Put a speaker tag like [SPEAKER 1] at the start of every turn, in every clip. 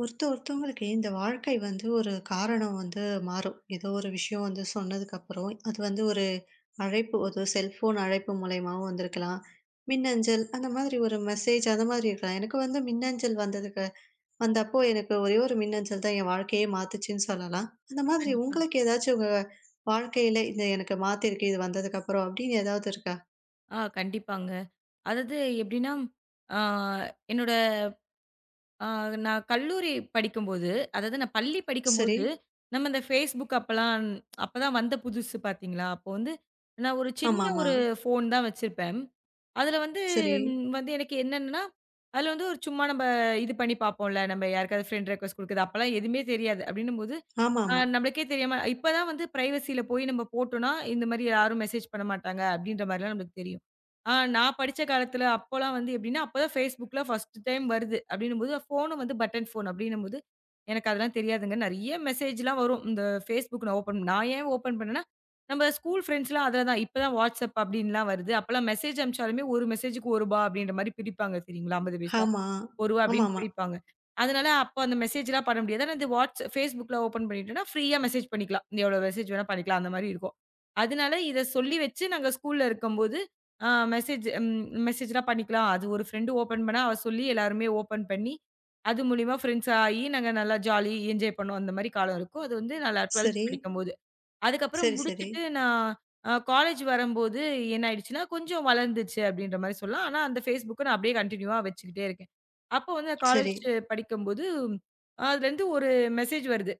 [SPEAKER 1] ஒருத்த ஒருத்தவங்களுக்கு இந்த வாழ்க்கை வந்து ஒரு காரணம் வந்து மாறும். ஏதோ ஒரு விஷயம் வந்து சொன்னதுக்கப்புறம், அது வந்து ஒரு அழைப்பு, ஒரு செல்ஃபோன் அழைப்பு மூலியமாவும் வந்திருக்கலாம். மின்னஞ்சல் அந்த மாதிரி ஒரு மெசேஜ் அந்த மாதிரி இருக்கலாம். எனக்கு வந்து மின்னஞ்சல் வந்ததுக்கு வந்தப்போ எனக்கு ஒரே ஒரு மின்னஞ்சல் தான் என் வாழ்க்கையே மாத்துச்சுன்னு சொல்லலாம். அந்த மாதிரி
[SPEAKER 2] கண்டிப்பா.
[SPEAKER 1] உங்களுக்கு ஏதாச்சும் உங்க வாழ்க்கையில இது எனக்கு மாத்திருக்கு இது வந்ததுக்கப்புறம் அப்படின்னு ஏதாவது இருக்கா?
[SPEAKER 2] கண்டிப்பாங்க. அதாவது எப்படின்னா, ஆ என்னோட ஆ நான் கல்லூரி படிக்கும்போது, அதாவது நான் பள்ளி
[SPEAKER 1] சரி.
[SPEAKER 2] படிக்கும்போது, நம்ம இந்த Facebook அப்பலாம் அப்பதான் வந்த புதுசு, பார்த்தீங்களா? அப்போ வந்து நான் ஒரு சின்ன
[SPEAKER 1] ஆமாமா.
[SPEAKER 2] ஒரு ஃபோன் தான் வச்சிருப்பேன். அதில வந்து
[SPEAKER 1] சரி.
[SPEAKER 2] வந்து எனக்கு என்னன்னா, அதில வந்து ஒரு சும்மா நம்ம இது பண்ணி பார்ப்போம்ல, நம்ம யாருக்காவது ஃப்ரெண்ட் ரிக்வெஸ்ட் குடுக்குறது, அப்பலாம் எதுவுமே தெரியாது. அப்படின்னும்போது
[SPEAKER 1] ஆமாமா.
[SPEAKER 2] நம்மளுக்கே தெரியாம இப்பதான் வந்து பிரைவசில போய் நம்ம போட்டோம்னா, இந்த மாரி யாரும் மெசேஜ் பண்ண மாட்டாங்க அப்டின்ற மாரிலாம் நம்மளுக்கு தெரியும். நான் படிச்ச காலத்துல அப்போலாம் வந்து எப்டின்னா, அப்பதான் Facebookல ஃபர்ஸ்ட் டைம் வருது அப்டின்னும்போது, ஃபோனும் வந்து பட்டன் ஃபோன் அப்டின்னும்போது, எனக்கு அதெல்லாம் தெரியாதுங்க. நெறைய மெசேஜ்லாம் வரும். இந்த Facebook நான் ஏன் ஓப்பன் பண்ணேன்னா, நம்ம ஸ்கூல் ஃப்ரெண்ட்ஸ்லாம் அதுல தான். இப்பதான் WhatsApp அப்டின்லாம் வருது. அப்பலாம் மெசேஜ் அனுப்பிச்சாலுமே ஒரு மெசேஜுக்கு ரூ. 1 அப்டின்ற மாரி பிரிப்பாங்க, தெரியுங்களா? 50 பைசா. ரூ.
[SPEAKER 1] ஆமா.
[SPEAKER 2] 1 அப்படின்னு
[SPEAKER 1] ஆமாமா.
[SPEAKER 2] பிடிப்பாங்க. அதனால அப்ப அந்த மெசேஜ்லாம் பண்ண முடியாது. ஆனா, இந்த வாட்ஸ் Facebookல ஓப்பன் பண்ணிட்டோம்னா, ஃப்ரீயா மெசேஜ் பண்ணிக்கலாம். எவ்வளோ மெசேஜ் வேணா பண்ணிக்கலாம். அந்த மாரி இருக்கும். அதனால இத சொல்லி வச்சு நாங்க ஸ்கூல்ல இருக்கும்போது, ஆ மெசேஜ் ம் மெசேஜ்லாம் பண்ணிக்கலாம். அது ஒரு ஃப்ரெண்ட் ஓப்பன் பண்ணா, அவ சொல்லி எல்லாருமே ஓப்பன் பண்ணி, அது மூலியமா ஃப்ரெண்ட்ஸ் ஆயி, நாங்க நல்லா ஜாலி என்ஜாய் பண்ணோம். அந்த மாரி காலம் இருக்கும். அது வந்து நல்லா 12த்
[SPEAKER 1] சரி.
[SPEAKER 2] படிக்கும்போது. அதுக்கப்புறம்
[SPEAKER 1] சரி, சரி.
[SPEAKER 2] முடிச்சுட்டு நான் காலேஜ் வரம்போது என்ன ஆயிடுச்சுன்னா, கொஞ்சம் வளர்ந்துச்சு அப்படின்ற மாரி சொல்லலாம். ஆனா அந்த Facebook நான் அப்படியே கன்டின்யூவா வச்சுக்கிட்டே இருக்கேன். அப்போ வந்து
[SPEAKER 1] சரி.
[SPEAKER 2] காலேஜ் படிக்கும்போது, அதுலேருந்து ஒரு மெசேஜ் வருது.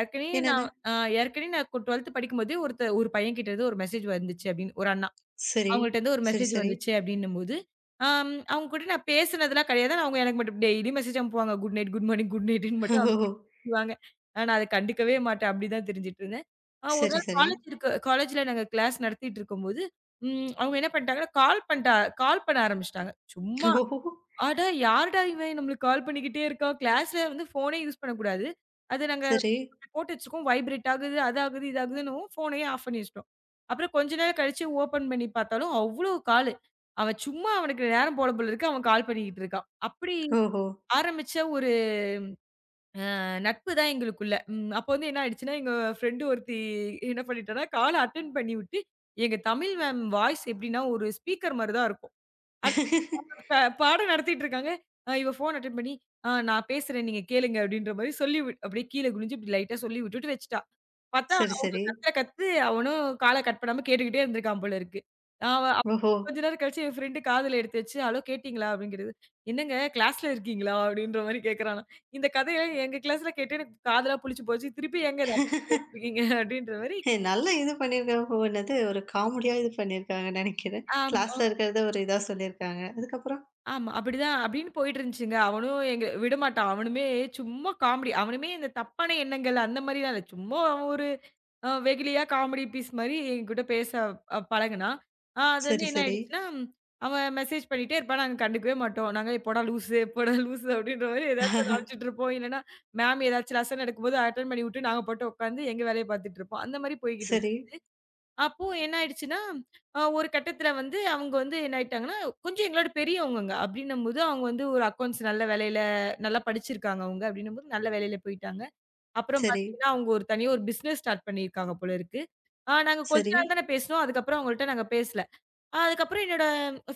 [SPEAKER 2] ஏற்கனவே
[SPEAKER 1] என்னன்னு?
[SPEAKER 2] நான் அ ஏற்கனவே நான் 12த் படிக்கும்போதே ஒரு பையன்கிட்டருந்து ஒரு மெசேஜ் வந்துச்சு அப்படின்னு ஒரு அண்ணா.
[SPEAKER 1] சரி,
[SPEAKER 2] அவங்கள்ட்ட இருந்து ஒரு
[SPEAKER 1] சரி,
[SPEAKER 2] மெசேஜ்
[SPEAKER 1] சரி.
[SPEAKER 2] வந்துச்சு அப்படின்னும்போது, அவங்க கூட நான் பேசினதெல்லாம் கிடையாது. ஆனா, அவங்க எனக்கு மட்டும் டெய்லி மெசேஜ் அனுப்புவாங்க. Good night, good morning, good நைட்ன்னு மட்டும்
[SPEAKER 1] ஓஹோ!
[SPEAKER 2] அனுப்புவாங்க. நான் அத கண்டுக்கவே மாட்டேன். அப்படிதான் தெரிஞ்சுட்டு இருந்தேன். ஒரு
[SPEAKER 1] சரி,
[SPEAKER 2] நாள்
[SPEAKER 1] சரி.
[SPEAKER 2] காலேஜ்ல நாங்க கிளாஸ் நடத்திட்டு இருக்கும்போது, அவங்க என்ன பண்ணிட்டாங்கன்னா, கால் பண்ண ஆரம்பிச்சுட்டாங்க. சும்மா.
[SPEAKER 1] ஓஹோ!
[SPEAKER 2] அட! யாருடா இவன் நம்மளுக்கு கால் பண்ணிக்கிட்டே இருக்கான். கிளாஸ்ல வந்து ஃபோனே யூஸ் பண்ணக்கூடாது. அது நாங்க
[SPEAKER 1] சரி.
[SPEAKER 2] போட்டு வச்சுருக்கோம். வைப்ரேட் ஆகுது, அது ஆகுது, இது ஆகுதுன்னவும் ஃபோனையே ஆஃப் பண்ணி வச்சுட்டோம். அப்புறம் கொஞ்ச நேரம் கழிச்சு ஓப்பன் பண்ணி பார்த்தாலும், அவ்ளோ காலு. அவன் சும்மா அவனுக்கு நேரம் போல போல இருக்கு. அவன் கால் பண்ணிக்கிட்டு இருக்கான். அப்படி
[SPEAKER 1] ஓஹோ!
[SPEAKER 2] ஆரம்பிச்ச ஒரு நட்பு தான் எங்களுக்குள்ள. அப்போ வந்து என்ன ஆயிடுச்சுன்னா, எங்க ஃப்ரெண்டு ஒருத்தி என்ன பண்ணிட்டான்னா, கால அட்டெண்ட் பண்ணிவிட்டு, எங்க தமிழ் மேம் வாய்ஸ் எப்படின்னா, ஒரு ஸ்பீக்கர் மாரி தான் இருக்கும். ப பாடம் நடத்திட்டு இருக்காங்க. இவ ஃபோன் அட்டெண்ட் பண்ணி, "ஆ நான் பேசுறேன், நீங்க கேளுங்க" அப்படின்ற மாரி சொல்லி விட் அப்படியே கீழ குனிஞ்சு இப்படி லைட்டா சொல்லி விட்டுட்டு வச்சுட்டா. பார்த்தா
[SPEAKER 1] சரி,
[SPEAKER 2] அவ
[SPEAKER 1] சரி.
[SPEAKER 2] கத்து அவனும் கால கட் பண்ணாம கேட்டுக்கிட்டே இருந்திருக்கான் போல இருக்கு. அவ அப்
[SPEAKER 1] ஓஹோ!
[SPEAKER 2] கொஞ்ச நேரம் கழிச்சு என் ஃப்ரெண்ட் காதுல எடுத்து வச்சு, "ஹலோ கேட்டீங்களா?" அப்படிங்கிறது. "என்னங்க கிளாஸ்ல இருக்கீங்களா?" அப்படின்ற மாரி கேட்கறானாம். இந்த கதைய எங்க கிளாஸ்ல கேட்டு எனக்கு காதெல்லாம் புளிச்சு போச்சு. திருப்பி ஏங்க இத கேட்டுருக்கீங்க அப்படின்ற மாரி.
[SPEAKER 1] நல்லா இது பண்ணியிருக்காங்க. என்னது ஒரு காமெடியா இது பண்ணியிருக்காங்க நெனைக்கிறேன்.
[SPEAKER 2] ஆ.
[SPEAKER 1] கிளாஸ்ல இருக்கிறத ஒரு இதா சொல்லியிருக்காங்க. அதுக்கப்புறம்?
[SPEAKER 2] ஆமா. அப்படிதான் அப்படின்னு போயிட்டு இருந்துச்சுங்க. அவனும் எங்க விடமாட்டான். அவனுமே சும்மா காமெடி. அவனுமே இந்த தப்பான எண்ணங்கள் அந்த மாரிலாம் இல்ல. சும்மா அவன் ஒரு வெகுளியா காமெடி பீஸ் மாரி என்கிட்ட பேச பழகுனான். அது வந்து
[SPEAKER 1] சரி,
[SPEAKER 2] என்ன
[SPEAKER 1] சரி.
[SPEAKER 2] ஆயிடுச்சுன்னா, அவன் மெசேஜ் பண்ணிட்டே இருப்பான். நாங்க கண்டுக்கவே மாட்டோம். நாங்க "போடா லூசு, போடா லூசு" அப்படின்ற மாரி ஏதாச்சும் ஒண்ணு அனுப்பிச்சுட்டு இருப்போம். இல்லன்னா மேம் ஏதாச்சும் லெசன் நடக்கும்போது அட்டெண்ட் பண்ணி விட்டு, நாங்க பாட்டு உட்காந்து எங்க வேலைய பார்த்துட்டு இருப்போம். அந்த மாரி போய்க்கிட்டு இருக்கும்.
[SPEAKER 1] சரி,
[SPEAKER 2] அப்போ என்ன ஆயிடுச்சுன்னா, ஒரு கட்டத்தில வந்து அவங்க வந்து என்ன ஆயிட்டாங்கன்னா, கொஞ்சம் எங்களோட பெரியவங்கங்க. அப்டின்னும்போது அவங்க வந்து ஒரு அக்கவுண்ட்ஸ் நல்ல வேலையில நல்லா படிச்சிருக்காங்க அவங்க. அப்டின்னும்போது நல்ல வேலையில போயிட்டாங்க. அப்புறம்
[SPEAKER 1] சரி,
[SPEAKER 2] பார்த்தீங்கன்னா, அவங்க ஒரு தனியா ஒரு பிசினஸ் ஸ்டார்ட் பண்ணியிருக்காங்க போல இருக்கு. நாங்க கொஞ்ச
[SPEAKER 1] சரி,
[SPEAKER 2] நாள் தானே பேசினோம். அதுக்கப்புறம் அவங்கள்ட்ட நாங்க பேசல. ஆ, அதுக்கப்புறம் என்னோட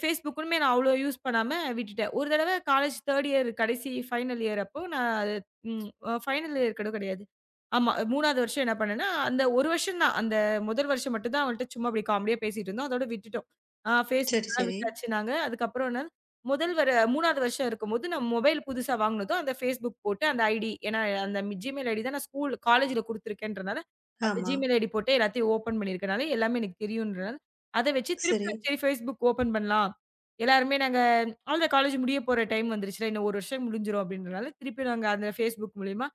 [SPEAKER 2] Facebookமே நான் அவ்ளோ யூஸ் பண்ணாம விட்டுட்டேன். ஒரு தடவ காலேஜ் 3 இயர் கடைசி ஃபைனல் இயர் அப்போ நான் அது ம் ஃபைனல் இயர் கூட கிடையாது. ஆமா 3வது வருஷம் என்ன பண்ணேன்னா, அந்த 1 வருஷம் தான். அந்த முதல் வருஷம் மட்டும் தான் அவன்ட்ட சும்மா அப்படி காமெடியா பேசிட்டு இருந்தோம். அதோட விட்டுட்டோம்.
[SPEAKER 1] சரி,
[SPEAKER 2] Facebookலாம்
[SPEAKER 1] சரி.
[SPEAKER 2] விட்டாச்சு நாங்க. அதுக்கப்புறம் என்ன, முதல் வர 3வது வருஷம் இருக்கும்போது நான் மொபைல் புதுசா வாங்குனதும் அந்த Facebook போட்டு அந்த ஐடி ஏன்னா, அந்த Gmail ஐடி தான் நான் ஸ்கூல் காலேஜ்ல குடுத்துருக்கேன்றனால, அந்த
[SPEAKER 1] ஆமா.
[SPEAKER 2] Gmail ஐடி போட்டு எல்லாத்தையும் ஓப்பன் பண்ணியிருக்கனால எல்லாமே எனக்கு தெரியும்ன்றனால அத வச்சு திருப்பி
[SPEAKER 1] சரி.
[SPEAKER 2] சரி Facebook ஓப்பன் பண்ணலாம். எல்லாருமே நாங்க அவ்ளோதான் காலேஜ் முடிய போற டைம் வந்துருச்சுல. இன்னும் 1 வருஷம் முடிஞ்சிரும் அப்டின்றனால, திருப்பி நாங்க அந்த Facebook மூலியமா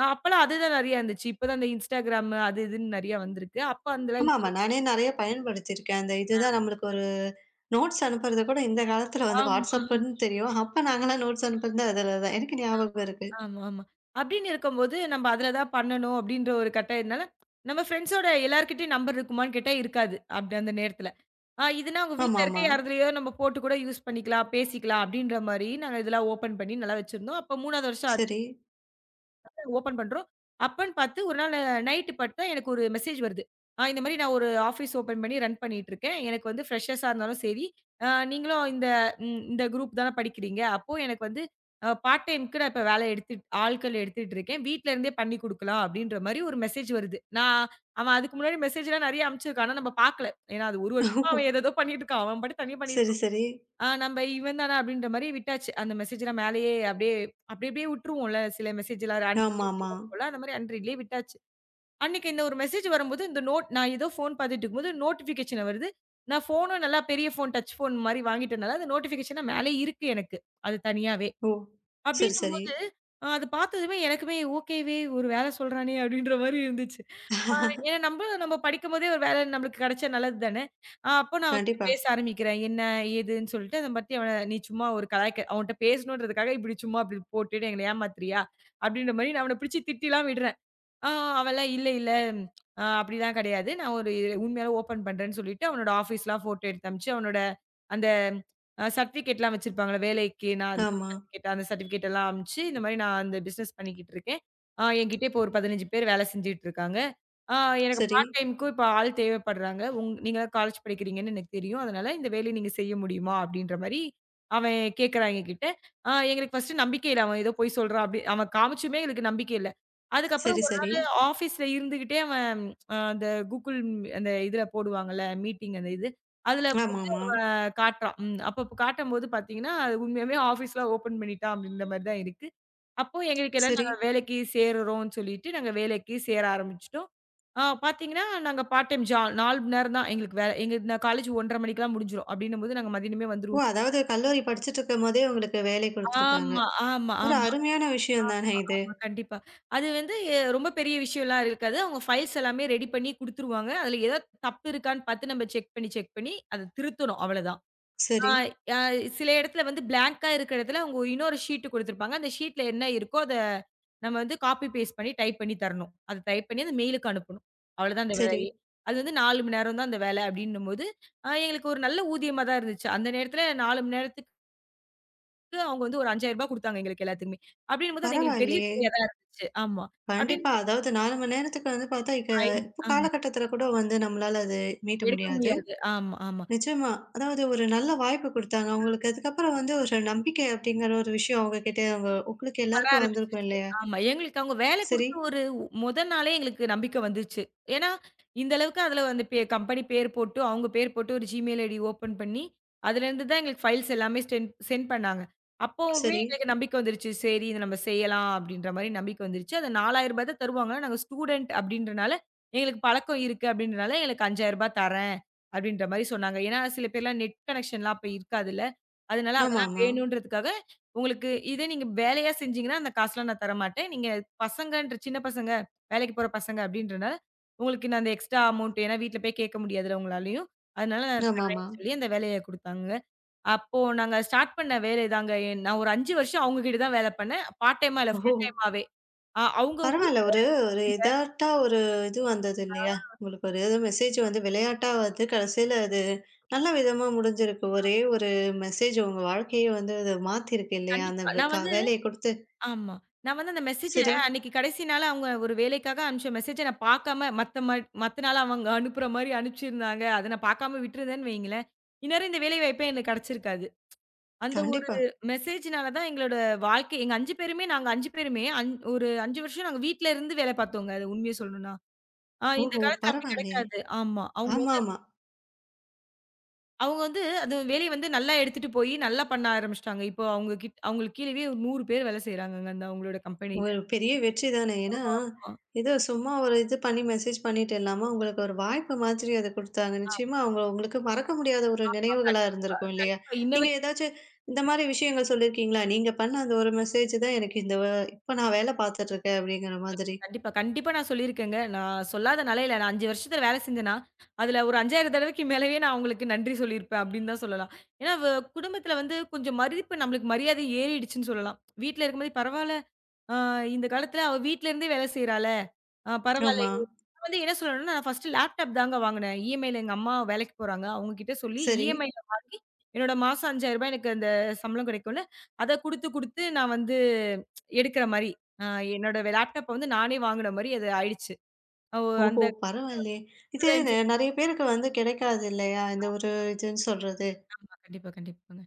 [SPEAKER 2] அப்பலாம் அதுதான் நெறையா இருந்துச்சு. இப்பதான் அந்த Instagram அது இதுன்னு நெறையா வந்திருக்கு. அப்ப அந்த
[SPEAKER 1] ஆமாமா. நானே நெறைய பயன்படுத்தியிருக்கேன். அந்த இதுதான் நம்மளுக்கு ஒரு நோட்ஸ் அனுப்புறது கூட இந்த காலத்துல வந்து
[SPEAKER 2] ஆமா,
[SPEAKER 1] வாட்ஸ்அப்புன்னு தெரியும். அப்ப நாங்கலாம் நோட்ஸ் அனுப்புறது அதுல தான். எனக்கு ஞாபகம் இருக்கு.
[SPEAKER 2] ஆமாமா. அப்டின்னு இருக்கும்போது நம்ம அதுல தான் பண்ணணும் அப்டின்ற ஒரு கட்டாயத்தினால, நம்ம ஃப்ரெண்ட்ஸோட எல்லார்கிட்டயும் நம்பர் இருக்குமான்னு கேட்டா இருக்காது. அப்டி அந்த நேரத்துல. இதுனா அவங்க வீட்ல இருக்க
[SPEAKER 1] ஆமாமா.
[SPEAKER 2] யாருதுலயோ நம்ம போட்டு கூட யூஸ் பண்ணிக்கலாம், பேசிக்கலாம் அப்டின்ற மாரி நாங்க இதெல்லாம் ஓப்பன் பண்ணி நல்லா வச்சிருந்தோம். அப்ப 3வது வருஷம்
[SPEAKER 1] சரி.
[SPEAKER 2] ஓப்பன் பண்றோம். அப்பன்னு பார்த்து ஒரு நாள் நைட்டு பார்த்தா எனக்கு ஒரு மெசேஜ் வருது. இந்த மாரி நான் ஒரு ஆஃபீஸ் ஓப்பன் பண்ணி ரன் பண்ணிட்டுருக்கேன். எனக்கு வந்து ஃப்ரெஷர்ஸா இருந்தாலும் சரி, நீங்களும் இந்த இந்த குரூப் தான படிக்கிறீங்க. அப்போ எனக்கு வந்து பார்ட் டைம்க்கு நான் இப்ப வேலை எடுத்து ஆட்கள் எடுத்துட்டு இருக்கேன். வீட்ல இருந்தே பண்ணி குடுக்கலாம் அப்டின்ற மாரி ஒரு மெசேஜ் வருது. அவன் அதுக்கு முன்னாடி மெசேஜ்லாம் நெறைய அனுப்பிச்சிருக்கான். ஆனா நம்ம பார்க்கல. ஏன்னா அது 1 வருஷமா
[SPEAKER 1] ஓ!
[SPEAKER 2] அவன் ஏதேதோ பண்ணிட்டு இருக்கான். அவன் பாட்டுக்கு தனியா பண்ணிட்டு,
[SPEAKER 1] சரி, சரி.
[SPEAKER 2] நம்ம இவன் தானா அப்படின்ற மாரி விட்டாச்சு. அந்த மெசேஜ்லாம் மேலயே அப்படியே அப்படியே விட்டுருவோம்ல. சில மெசேஜ்லாம் அன்ரீடபிள்லியா
[SPEAKER 1] ஆமாமா.
[SPEAKER 2] இருக்கும்ல. அந்த மாரி அன்ரீட்லயே விட்டாச்சு. அன்னைக்கு இந்த ஒரு மெசேஜ் வரும்போது, இந்த நோட் நான் ஏதோ ஃபோன் பார்த்துட்டு இருக்கும்போது நோட்டிஃபிகேஷன் வருது. நான் ஃபோனும் நல்லா பெரிய ஃபோன், டச் ஃபோன் மாரி வாங்கிட்டனால, அந்த நோட்டிஃபிகேஷன் மேலே இருக்கு எனக்கு. அது தனியாவே.
[SPEAKER 1] ஓ! சரி, சரி.
[SPEAKER 2] அப்படின்னும்போது, அது பார்த்ததுமே எனக்குமே ஓகேவே ஒரு வேலை சொல்றானே அப்படின்ற மாரி இருந்துச்சு. ஏன்னா நம்ம படிக்கும்போதே ஒரு வேலை நம்மளுக்கு கிடைச்சா நல்லது தானே! அப்போ நான் அவன்கிட்ட
[SPEAKER 1] கண்டிப்பா.
[SPEAKER 2] பேச ஆரம்பிக்கிறேன். என்ன? ஏதுன்னு சொல்லிட்டு அத பத்தி அவன, "நீ சும்மா ஒரு கலாய்க்க அவன்ட்ட பேசணுன்றதுக்காக இப்படி சும்மா இப்படி போட்டுட்டு எங்கள ஏமாத்துறியா?" அப்படின்ற மாரி நான் அவன பிடிச்சு திட்டிலாம் விடுறேன். ஆ அவன்லாம் இல்ல, இல்ல. அப்படிலாம் கிடையாது. நான் ஒரு இது உண்மையால ஓப்பன் பண்றேன்னு சொல்லிட்டு, அவனோட ஆஃபீஸ்லாம் ஃபோட்டோ எடுத்து அனுப்பிச்சு, அவனோட அந்த சர்டிஃபிகேட்லாம் வச்சிருப்பாங்கல்ல, வேலைக்கு நான் அந்த
[SPEAKER 1] ஆமா.
[SPEAKER 2] சர்டிஃபிகேட் அந்த சர்டிஃபிகேட் எல்லாம் அனுப்பிச்சு, இந்த மாரி நான் அந்த பிசினஸ் பண்ணிக்கிட்டு இருக்கேன். என்கிட்ட இப்போ ஒரு 15 பேர் வேலை செஞ்சுட்டு இருக்காங்க. அ எனக்கு
[SPEAKER 1] சரி.
[SPEAKER 2] பார்ட் டைம்க்கும் இப்போ ஆள் தேவைப்படுறாங்க. நீங்கலாம் காலேஜ் படிக்கிறீங்கன்னு எனக்கு தெரியும். அதனால இந்த வேலைய நீங்க செய்ய முடியுமா? அப்படின்ற மாரி அவன் கேட்கறான் என்கிட்ட. எங்களுக்கு ஃபர்ஸ்ட்டு நம்பிக்கை இல்ல. அவன் ஏதோ பொய் சொல்றான் அப்படி அவன் காமிச்சுமே எங்களுக்கு நம்பிக்கை இல்ல. அதுக்கப்புறம்
[SPEAKER 1] சரி, சரி.
[SPEAKER 2] ஆஃபீஸ்ல இருந்துகிட்டே அவன் அந்த Google அந்த இதுல போடுவாங்கல்ல, மீட்டிங் அந்த இது. அதுல
[SPEAKER 1] ஆமாமா.
[SPEAKER 2] இப்ப காட்டுறான். அப்ப காட்டும்போது பார்த்தீங்கன்னா, அது உண்மையாவே ஆஃபீஸ்லாம் ஓப்பன் பண்ணிட்டான் அப்படின்ற மாரி தான் இருக்கு. அப்போ எங்களுக்கு எல்லாரும்
[SPEAKER 1] சரி.
[SPEAKER 2] நாங்க வேலைக்கு சேருறோம்ன்னு சொல்லிட்டு, நாங்க வேலைக்கு சேர ஆரம்பிச்சுட்டோம். பார்த்தீங்கன்னா, நாங்க பார்ட் டைம் 4 மணி நேரம் தான் எங்களுக்கு வேல. எங்க நான் காலேஜ் 1:30 மணிக்கெல்லாம் முடிஞ்சிரும். அப்படின்னும்போது நாங்க மதியானமே
[SPEAKER 1] ஓ!
[SPEAKER 2] வந்துருவோம்.
[SPEAKER 1] அதாவது கல்லூரி படிச்சுட்டு இருக்கும்போதே உங்களுக்கு வேலை குடுத்துருக்காங்க. ஒரு
[SPEAKER 2] ஆமா,
[SPEAKER 1] அருமையான விஷயம் தானே இது.
[SPEAKER 2] ஆமா, கண்டிப்பா. அது வந்து ரொம்ப பெரிய விஷயம்லாம் இருக்காது. அவங்க ஃபைல்ஸ் எல்லாமே ரெடி பண்ணி குடுத்துருவாங்க. அதுல ஏதாவது தப்பு இருக்கான்னு பார்த்து நம்ம செக் பண்ணி, செக் பண்ணி அத திருத்தணும் அவ்வளதான். ஆ
[SPEAKER 1] சரி,
[SPEAKER 2] அ சில இடத்துல வந்து பிளாங்க்கா இருக்கிற இடத்துல அவங்க இன்னொரு ஷீட் குடுத்துருப்பாங்க. அந்த ஷீட்ல என்ன இருக்கோ அத நம்ம வந்து காப்பி பேஸ்ட் பண்ணி டைப் பண்ணி தரணும். அத டைப் பண்ணி அந்த மெயிலுக்கு அனுப்பணும். அவ்வளதான் அந்த
[SPEAKER 1] சரி.
[SPEAKER 2] வேலையே. அது வந்து 4 மணி நேரம் தான் அந்த வேலை அப்டின்னும்போது, எங்களுக்கு ஒரு நல்ல ஊதியமா தான் இருந்துச்சு. அந்த நேரத்துல 4 மணி நேரத்துக்கு அவங்க வந்து ஒரு ரூ. 5,000 குடுத்தாங்க எங்களுக்கு எல்லாத்துக்குமே. அப்படின்னும்போது அது எங்களுக்கு பெரிய
[SPEAKER 1] பரவாயில்லையே!
[SPEAKER 2] தொகையா தான் இருந்துச்சு. ஆமா.
[SPEAKER 1] கண்டிப்பா.
[SPEAKER 2] அப்படின்னும்போது
[SPEAKER 1] அதாவது 4 மணி நேரத்துக்கு வந்து பார்த்தா, இப்போ
[SPEAKER 2] ஆமா,
[SPEAKER 1] காலகட்டத்தில கூட வந்து நம்மளால அது மீட்ட
[SPEAKER 2] எடுக்க
[SPEAKER 1] முடியாது.
[SPEAKER 2] முடியாது. ஆமா, ஆமா.
[SPEAKER 1] நிச்சயமா. அதாவது ஒரு நல்ல வாய்ப்பு குடுத்தாங்க. அவங்களுக்கு அதுக்கப்புறம் வந்து ஒரு நம்பிக்கை அப்படிங்கிற ஒரு விஷயம் அவங்ககிட்ட அவங்க உங்களுக்கு
[SPEAKER 2] வர
[SPEAKER 1] எல்லாருக்கும் வந்திருக்கும்
[SPEAKER 2] ஆரம்பிச்சுருச்சு.
[SPEAKER 1] இல்லையா?
[SPEAKER 2] ஆமா. எங்களுக்கு அவங்க வேலை
[SPEAKER 1] சரி,
[SPEAKER 2] குடுத்து ஒரு மொத நாளே எங்களுக்கு நம்பிக்கை வந்துருச்சு. ஏன்னா, இந்த அளவுக்கு அதுல வந்து கம்பெனி பேர் போட்டு, அவங்க பேர் போட்டு ஒரு Gmail ஐடி ஓப்பன் பண்ணி, அதுலேருந்து தான் எங்களுக்கு ஃபைல்ஸ் எல்லாமே சென்ட் பண்ணாங்க. அப்போவே
[SPEAKER 1] சரி.
[SPEAKER 2] எங்களுக்கு நம்பிக்கை வந்துருச்சு. சரி இத நம்ம செய்யலாம் அப்படின்ற மாரி நம்பிக்கை வந்துருச்சு. அது ரூ. 4,000 தான் தருவாங்க. நாங்க ஸ்டூடண்ட் அப்படின்றனால, எங்களுக்கு பழக்கம் இருக்கு அப்படின்றனால எங்களுக்கு ரூ. 5,000 தரேன் அப்படின்ற மாரி சொன்னாங்க. ஏன்னா, சில பேர்லாம் நெட் கனெக்ஷன்லாம் அப்ப இருக்காதுல்ல. அதனால அதெல்லாம்
[SPEAKER 1] ஆமாமா.
[SPEAKER 2] வேணுன்றதுக்காக உங்களுக்கு இதே நீங்க வேலையா செஞ்சீங்கன்னா, அந்த காசுலாம் நான் தரமாட்டேன். நீங்க பசங்கன்ற சின்ன பசங்க, வேலைக்கு போற பசங்க அப்டின்றனால, உங்களுக்கு நான் அந்த எக்ஸ்ட்ரா அமௌண்ட், ஏன்னா வீட்ல போய் கேட்க முடியாதுல்ல உங்களாலயும். அதனால நான்
[SPEAKER 1] ஆமாமா.
[SPEAKER 2] தரேன்னு சொல்லி அந்த வேலைய குடுத்தாங்க. அப்போ நாங்க ஸ்டார்ட் பண்ண வேலை தாங்க. நான் ஒரு 5 வருஷம் அவங்க கிட்ட தான் வேல பண்ணேன். பார்ட் டைமா இல்ல,
[SPEAKER 1] ஓஹோ!
[SPEAKER 2] ஃபுல் டைமாவே. அ அவங்க ஊர்
[SPEAKER 1] பரவால்ல.
[SPEAKER 2] பேர
[SPEAKER 1] ஒரு ஒரு எதார்ட்டா ஒரு இது வந்தது இல்லையா? உங்களுக்கு ஒரு ஏதோ மெசேஜ் வந்து விளையாட்டா வந்து கடைசியில அது நல்ல விதமா முடிஞ்சிருக்கு. ஒரே ஒரு மெசேஜ் உங்க வாழ்க்கையே வந்து அது மாத்திருக்கு இல்லையா? அந்த
[SPEAKER 2] கண்டிப்பா
[SPEAKER 1] வே
[SPEAKER 2] நான்
[SPEAKER 1] க
[SPEAKER 2] வந்து
[SPEAKER 1] வேலைய குடுத்து,
[SPEAKER 2] ஆமா. நான் வந்து அந்த மெசேஜ
[SPEAKER 1] சரி.
[SPEAKER 2] அன்னைக்கு கடைசி நாள் அவங்க ஒரு வேலைக்காக அனுப்பிச்ச மெசேஜ நான் பார்க்காம மத்த நாள் அவங்க அனுப்புற மாரி அனுப்பிச்சிருந்தாங்க. அத நான் பார்க்காம விட்டுருந்தேன்னு வைங்களேன், இந்நேரம் இந்த வேலை வாய்ப்பே எனக்கு கிடைச்சிருக்காது. அந்த ஒரு
[SPEAKER 1] கண்டிப்பா.
[SPEAKER 2] மெசேஜ்னால தான் எங்களோட வாழ்க்கை, எங்க 5 பேருமே நாங்க 5 பேருமே ஒரு 5 வருஷம் நாங்க வீட்ல இருந்து வேலை பார்த்தோங்க. அது உண்மைய சொல்லணும்னா. இந்த
[SPEAKER 1] ஓஹோ!
[SPEAKER 2] காலத்துல அப்படி
[SPEAKER 1] பரவாயில்லையே.
[SPEAKER 2] கிடைக்காது. ஆமா.
[SPEAKER 1] ஆமாமா.
[SPEAKER 2] அவங்க வந்து அது வேலைய வந்து நல்லா எடுத்துட்டு போய் நல்லா பண்ண ஆரம்பிச்சுட்டாங்க. இப்போ அவங்களுக்கு கீழவே ஒரு 100 பேர் வேலை செய்றாங்கங்க அந்த அவங்களோட கம்பெனில.
[SPEAKER 1] ஒரு பெரிய வெற்றி தானே. ஏன்னா,
[SPEAKER 2] ஆமா.
[SPEAKER 1] ஏதோ சும்மா ஒரு இது பண்ணி மெசேஜ் பண்ணிட்டு இல்லாம, உங்களுக்கு ஒரு வாய்ப்பு மாதிரி அத குடுத்தாங்க. நிச்சயமா அவங்க உங்களுக்கு மறக்க முடியாத ஒரு
[SPEAKER 2] ஆமா.
[SPEAKER 1] நினைவுகளா
[SPEAKER 2] கண்டிப்பா,
[SPEAKER 1] இருந்திருக்கும் இல்லையா?
[SPEAKER 2] கண்டிப்பா. இன்ன
[SPEAKER 1] நீங்க
[SPEAKER 2] வரைக்கும்
[SPEAKER 1] ஏதாச்சும் இந்த மாரி விஷயங்கள் சொல்லியிருக்கீங்களா? நீங்க பண்ண அந்த ஒரு மெசேஜ் தான் எனக்கு இந்த இப்ப நான் வேலை பார்த்துட்டு இருக்கேன் அப்படிங்கிற மாதிரி.
[SPEAKER 2] கண்டிப்பா, கண்டிப்பா நான் சொல்லியிருக்கேங்க. நான் சொல்லாத நாளே இல்ல. நான் 5 வருஷத்துல வேல செஞ்சேன்னா, அதுல ஒரு 5,000 தடவைக்கு மேலயே நான் அவங்களுக்கு நன்றி சொல்லியிருப்பேன் அப்படின்னு தான் சொல்லலாம். ஏன்னா குடும்பத்துல வந்து கொஞ்சம் மதிப்பு, நம்மளுக்கு மரியாதை ஏறிடுச்சுன்னு சொல்லலாம். வீட்ல இருக்கும்போது பரவால்ல, அ இந்த காலத்துல அவ வீட்ல இருந்தே வேலை செய்றாளே! பரவால்ல
[SPEAKER 1] ஆமா.
[SPEAKER 2] வந்து என்ன சொல்லணும்னா, நான் ஃபர்ஸ்ட்டு லேப்டாப் தாங்க வாங்குனேன். இஎம்ஐல எங்க அம்மா வேலைக்கு போறாங்க. அவங்க கிட்ட சொல்லி
[SPEAKER 1] சரி.
[SPEAKER 2] இஎம்ஐல வாங்கி, என்னோட மாசம் ரூ. 5,000 எனக்கு அந்த சம்பளம் கிடைக்கும்ல, அத குடுத்து குடுத்து நான் வந்து எடுக்கிற மாரி, அ என்னோட லேப்டாப்ப வந்து நானே வாங்குன மாரி அது ஆயிடுச்சு. ஓ
[SPEAKER 1] ஓஹோ! பரவாயில்லையே. இது
[SPEAKER 2] அந்த
[SPEAKER 1] நெறைய பேருக்கு வந்து கிடைக்காது இல்லையா? இந்த ஒரு இதுன்னு சொல்றது.
[SPEAKER 2] ஆமா. கண்டிப்பா, கண்டிப்பாங்க.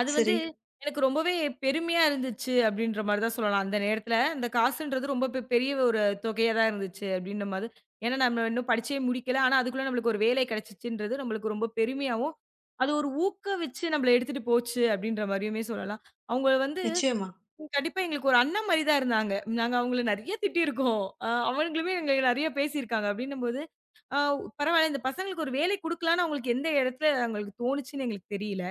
[SPEAKER 2] அது வந்து
[SPEAKER 1] சரி.
[SPEAKER 2] எனக்கு ரொம்பவே பெருமையா இருந்துச்சு அப்படின்ற மாரி தான் சொல்லலாம். அந்த நேரத்துல அந்த காசுன்றது ரொம்ப பெரிய ஒரு தொகையா தான் இருந்துச்சு அப்படின்ற மாரி. ஏன்னா நம்ம இன்னும் படிச்சே முடிக்கல. ஆனா அதுக்குள்ள நம்மளுக்கு ஒரு வேலை கிடைச்சுச்சுன்றது நம்மளுக்கு ரொம்ப பெருமையாவும், அது ஒரு ஊக்கவிச்சு நம்மள எடுத்துட்டு போச்சு அப்படின்ற மாரியுமே சொல்லலாம். அவங்க வந்து
[SPEAKER 1] நிச்சயமா.
[SPEAKER 2] கண்டிப்பா எங்களுக்கு ஒரு அண்ணன் மாரி தான் இருந்தாங்க. நாங்க அவங்கள நெறைய திட்டியிருக்கோம். அவங்களுமே எங்கள நெறைய பேசியிருக்காங்க அப்படின்னும்போது, அ பரவாயில்ல இந்த பசங்களுக்கு ஒரு வேலை குடுக்கலாம்னு அவங்களுக்கு எந்த இடத்துல அவங்களுக்கு தோணுச்சுன்னு எங்களுக்கு தெரியல.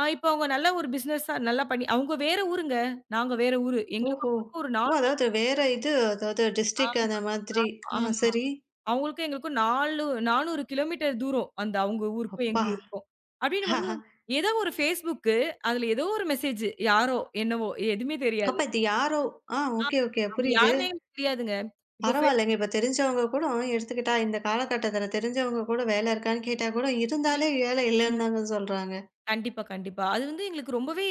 [SPEAKER 2] இப்ப அவங்க நல்ல ஒரு பிசினஸா நல்லா பண்ணி, அவங்க வேற ஊருங்க. நாங்க வேற ஊரு. எங்களுக்கும்
[SPEAKER 1] ஓஹோ!
[SPEAKER 2] அவங்களுக்கும் ஒரு
[SPEAKER 1] ஓ!
[SPEAKER 2] நாலு
[SPEAKER 1] அதாவது வேற இது அதாவது டிஸ்ட்ரிக்ட் அந்த மாதிரி. ஆ
[SPEAKER 2] ஆமா.
[SPEAKER 1] சரி.
[SPEAKER 2] அவங்களுக்கும் எங்களுக்கும் 4 400 கிலோமீட்டர் தூரம். அந்த அவங்க ஊருக்கும் எங்க
[SPEAKER 1] அப்பா!
[SPEAKER 2] ஊருக்கும். அப்டின்னும்போது ஏதோ ஒரு Facebook அதுல ஏதோ ஒரு மெசேஜ் யாரோ, என்னவோ எதுவுமே தெரியாது.
[SPEAKER 1] அப்ப இது யாரோ ஆ
[SPEAKER 2] ஆ
[SPEAKER 1] ஓகே, ஓகே.
[SPEAKER 2] அவங்க
[SPEAKER 1] புரியுது.
[SPEAKER 2] யாருன்னே எங்களுக்கு தெரியாதுங்க. இப்போ ஃபே
[SPEAKER 1] பரவாயில்லங்க. இப்ப தெரிஞ்சவங்க கூட எடுத்துக்கிட்டா இந்த காலகட்டத்தில தெரிஞ்சவங்க கூட வேலை இருக்கான்னு கேட்டா கூட இருந்தாலே வேலை இல்லன்னு தாங்க சொல்றாங்க.
[SPEAKER 2] கண்டிப்பா, கண்டிப்பா. அது வந்து எங்களுக்கு ரொம்பவே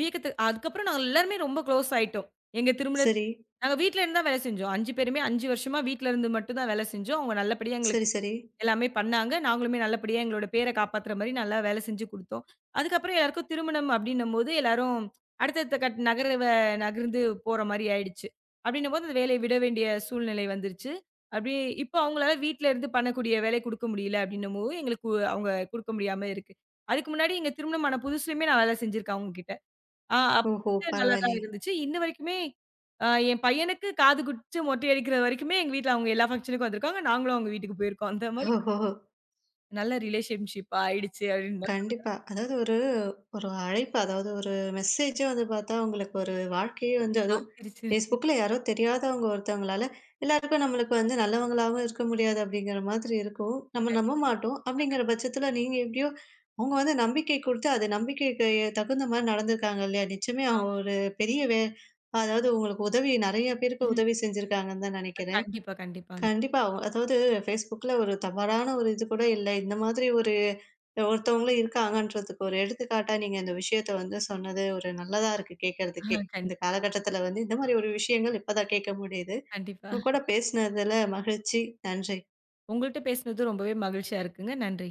[SPEAKER 2] வியக்கத்த. அதுக்கப்புறம் நாங்க எல்லாருமே ரொம்ப க்ளோஸ் ஆயிட்டோம். எங்க திருமணத்துக்கு
[SPEAKER 1] சரி,
[SPEAKER 2] நாங்க வீட்ல இருந்து தான் வேலை செஞ்சோம். 5 பேருமே 5 வருஷமா வீட்ல இருந்து மட்டும் தான் வேலை செஞ்சோம். அவங்க நல்லபடியா எங்களுக்கு
[SPEAKER 1] சரி, சரி.
[SPEAKER 2] எல்லாமே பண்ணாங்க. நாங்களுமே நல்லபடியா எங்களோட பேர காப்பாத்துற மாரி நல்லா வேலை செஞ்சு குடுத்தோம். அதுக்கப்புறம் எல்லாருக்கும் திருமணம் அப்படின்னும்போது, எல்லாரும் அடுத்தடுத்த கட் நகர வ நகர்ந்து போற மாரி ஆயிடுச்சு. அப்படின்னும்போது அந்த வேலைய விட வேண்டிய சூழ்நிலை வந்துருச்சு. அப்படியே இப்போ அவங்களால வீட்ல இருந்து பண்ணக்கூடிய வேலை குடுக்க முடியல அப்படின்னும்போது, எங்களுக்கு அவங்க குடுக்க முடியாம இருக்கு. அதுக்கு முன்னாடி எங்க திருமணமான புதுசுலயுமே நான் வேலை செஞ்சிருக்கேன் அவுங்ககிட்ட. அப்ப
[SPEAKER 1] ஓஹோ!
[SPEAKER 2] வந்து நல்லா தான்
[SPEAKER 1] பரவாயில்லையே!
[SPEAKER 2] இருந்துச்சு. இன்ன வரைக்குமே என் பையனுக்கு காது குத்து மொட்டை அடிக்கிற வரைக்குமே எங்க வீட்ல அவுங்க எல்லா ஃபங்ஷனுக்கும் வந்திருக்காங்க. நாங்களும் அவுங்க வீட்டுக்கு போயிருக்கோம். அந்த மாரி
[SPEAKER 1] ஓஹோ!
[SPEAKER 2] நல்ல ரிலேஷன்ஷிப் ஆயிடுச்சு அப்டின்னு தான்
[SPEAKER 1] கண்டிப்பா. அதாவது ஒரு ஒரு அழைப்பு, அதாவது ஒரு மெசேஜே வந்து பார்த்தா, உங்களுக்கு ஒரு வாழ்க்கையே வந்து அதுவும்
[SPEAKER 2] பாத்துருச்சு.
[SPEAKER 1] Facebookல யாரோ தெரியாதவங்க ஒருத்தவங்களால, எல்லாருக்கும் நம்மளுக்கு வந்து நல்லவங்களாவும் இருக்க முடியாது அப்படிங்கிற மாதிரி இருக்கும். நம்ம நம்ப
[SPEAKER 2] கண்டிப்பா,
[SPEAKER 1] மாட்டோம். அப்படிங்கிற
[SPEAKER 2] கண்டிப்பா.
[SPEAKER 1] பட்சத்தில நீங்க எப்படியோ அவங்க வந்து நம்பிக்கை குடுத்து, அது நம்பிக்கைக்கு தகுந்த மாரி நடந்துருக்காங்க இல்லையா? நிச்சயமே அவங்க
[SPEAKER 2] ஆமா.
[SPEAKER 1] ஒரு பெரிய அதாவது உங்களுக்கு உதவி நெறைய பேருக்கு
[SPEAKER 2] ம்.
[SPEAKER 1] உதவி செஞ்சிருக்காங்கன்னு தான்
[SPEAKER 2] அ
[SPEAKER 1] நெனைக்கிறேன்.
[SPEAKER 2] கண்டிப்பா, கண்டிப்பாங்க.
[SPEAKER 1] கண்டிப்பா. அதாவது Facebookல ஒரு தவறான ஒரு இது கூட இல்ல. இந்த மாதிரி ஒரு ஒருத்தவங்களும் இருக்காங்கன்றதுக்கு ஒரு எடுத்துக்காட்டா நீங்க இந்த விஷயத்த வந்து சொன்னது ஒரு நல்லதா இருக்கு
[SPEAKER 2] ஆ
[SPEAKER 1] கேட்கறதுக்கே. இந்த
[SPEAKER 2] கண்டிப்பா,
[SPEAKER 1] காலகட்டத்தில வந்து இந்த மாரி ஒரு விஷயங்கள் இப்ப தான் கேட்க முடியுது.
[SPEAKER 2] கண்டிப்பா.
[SPEAKER 1] உங்க கூட பேசினதுல மகிழ்ச்சி. நன்றி.
[SPEAKER 2] உங்கள்ட்ட பேசினது ரொம்பவே மகிழ்ச்சியா இருக்குங்க. நன்றி.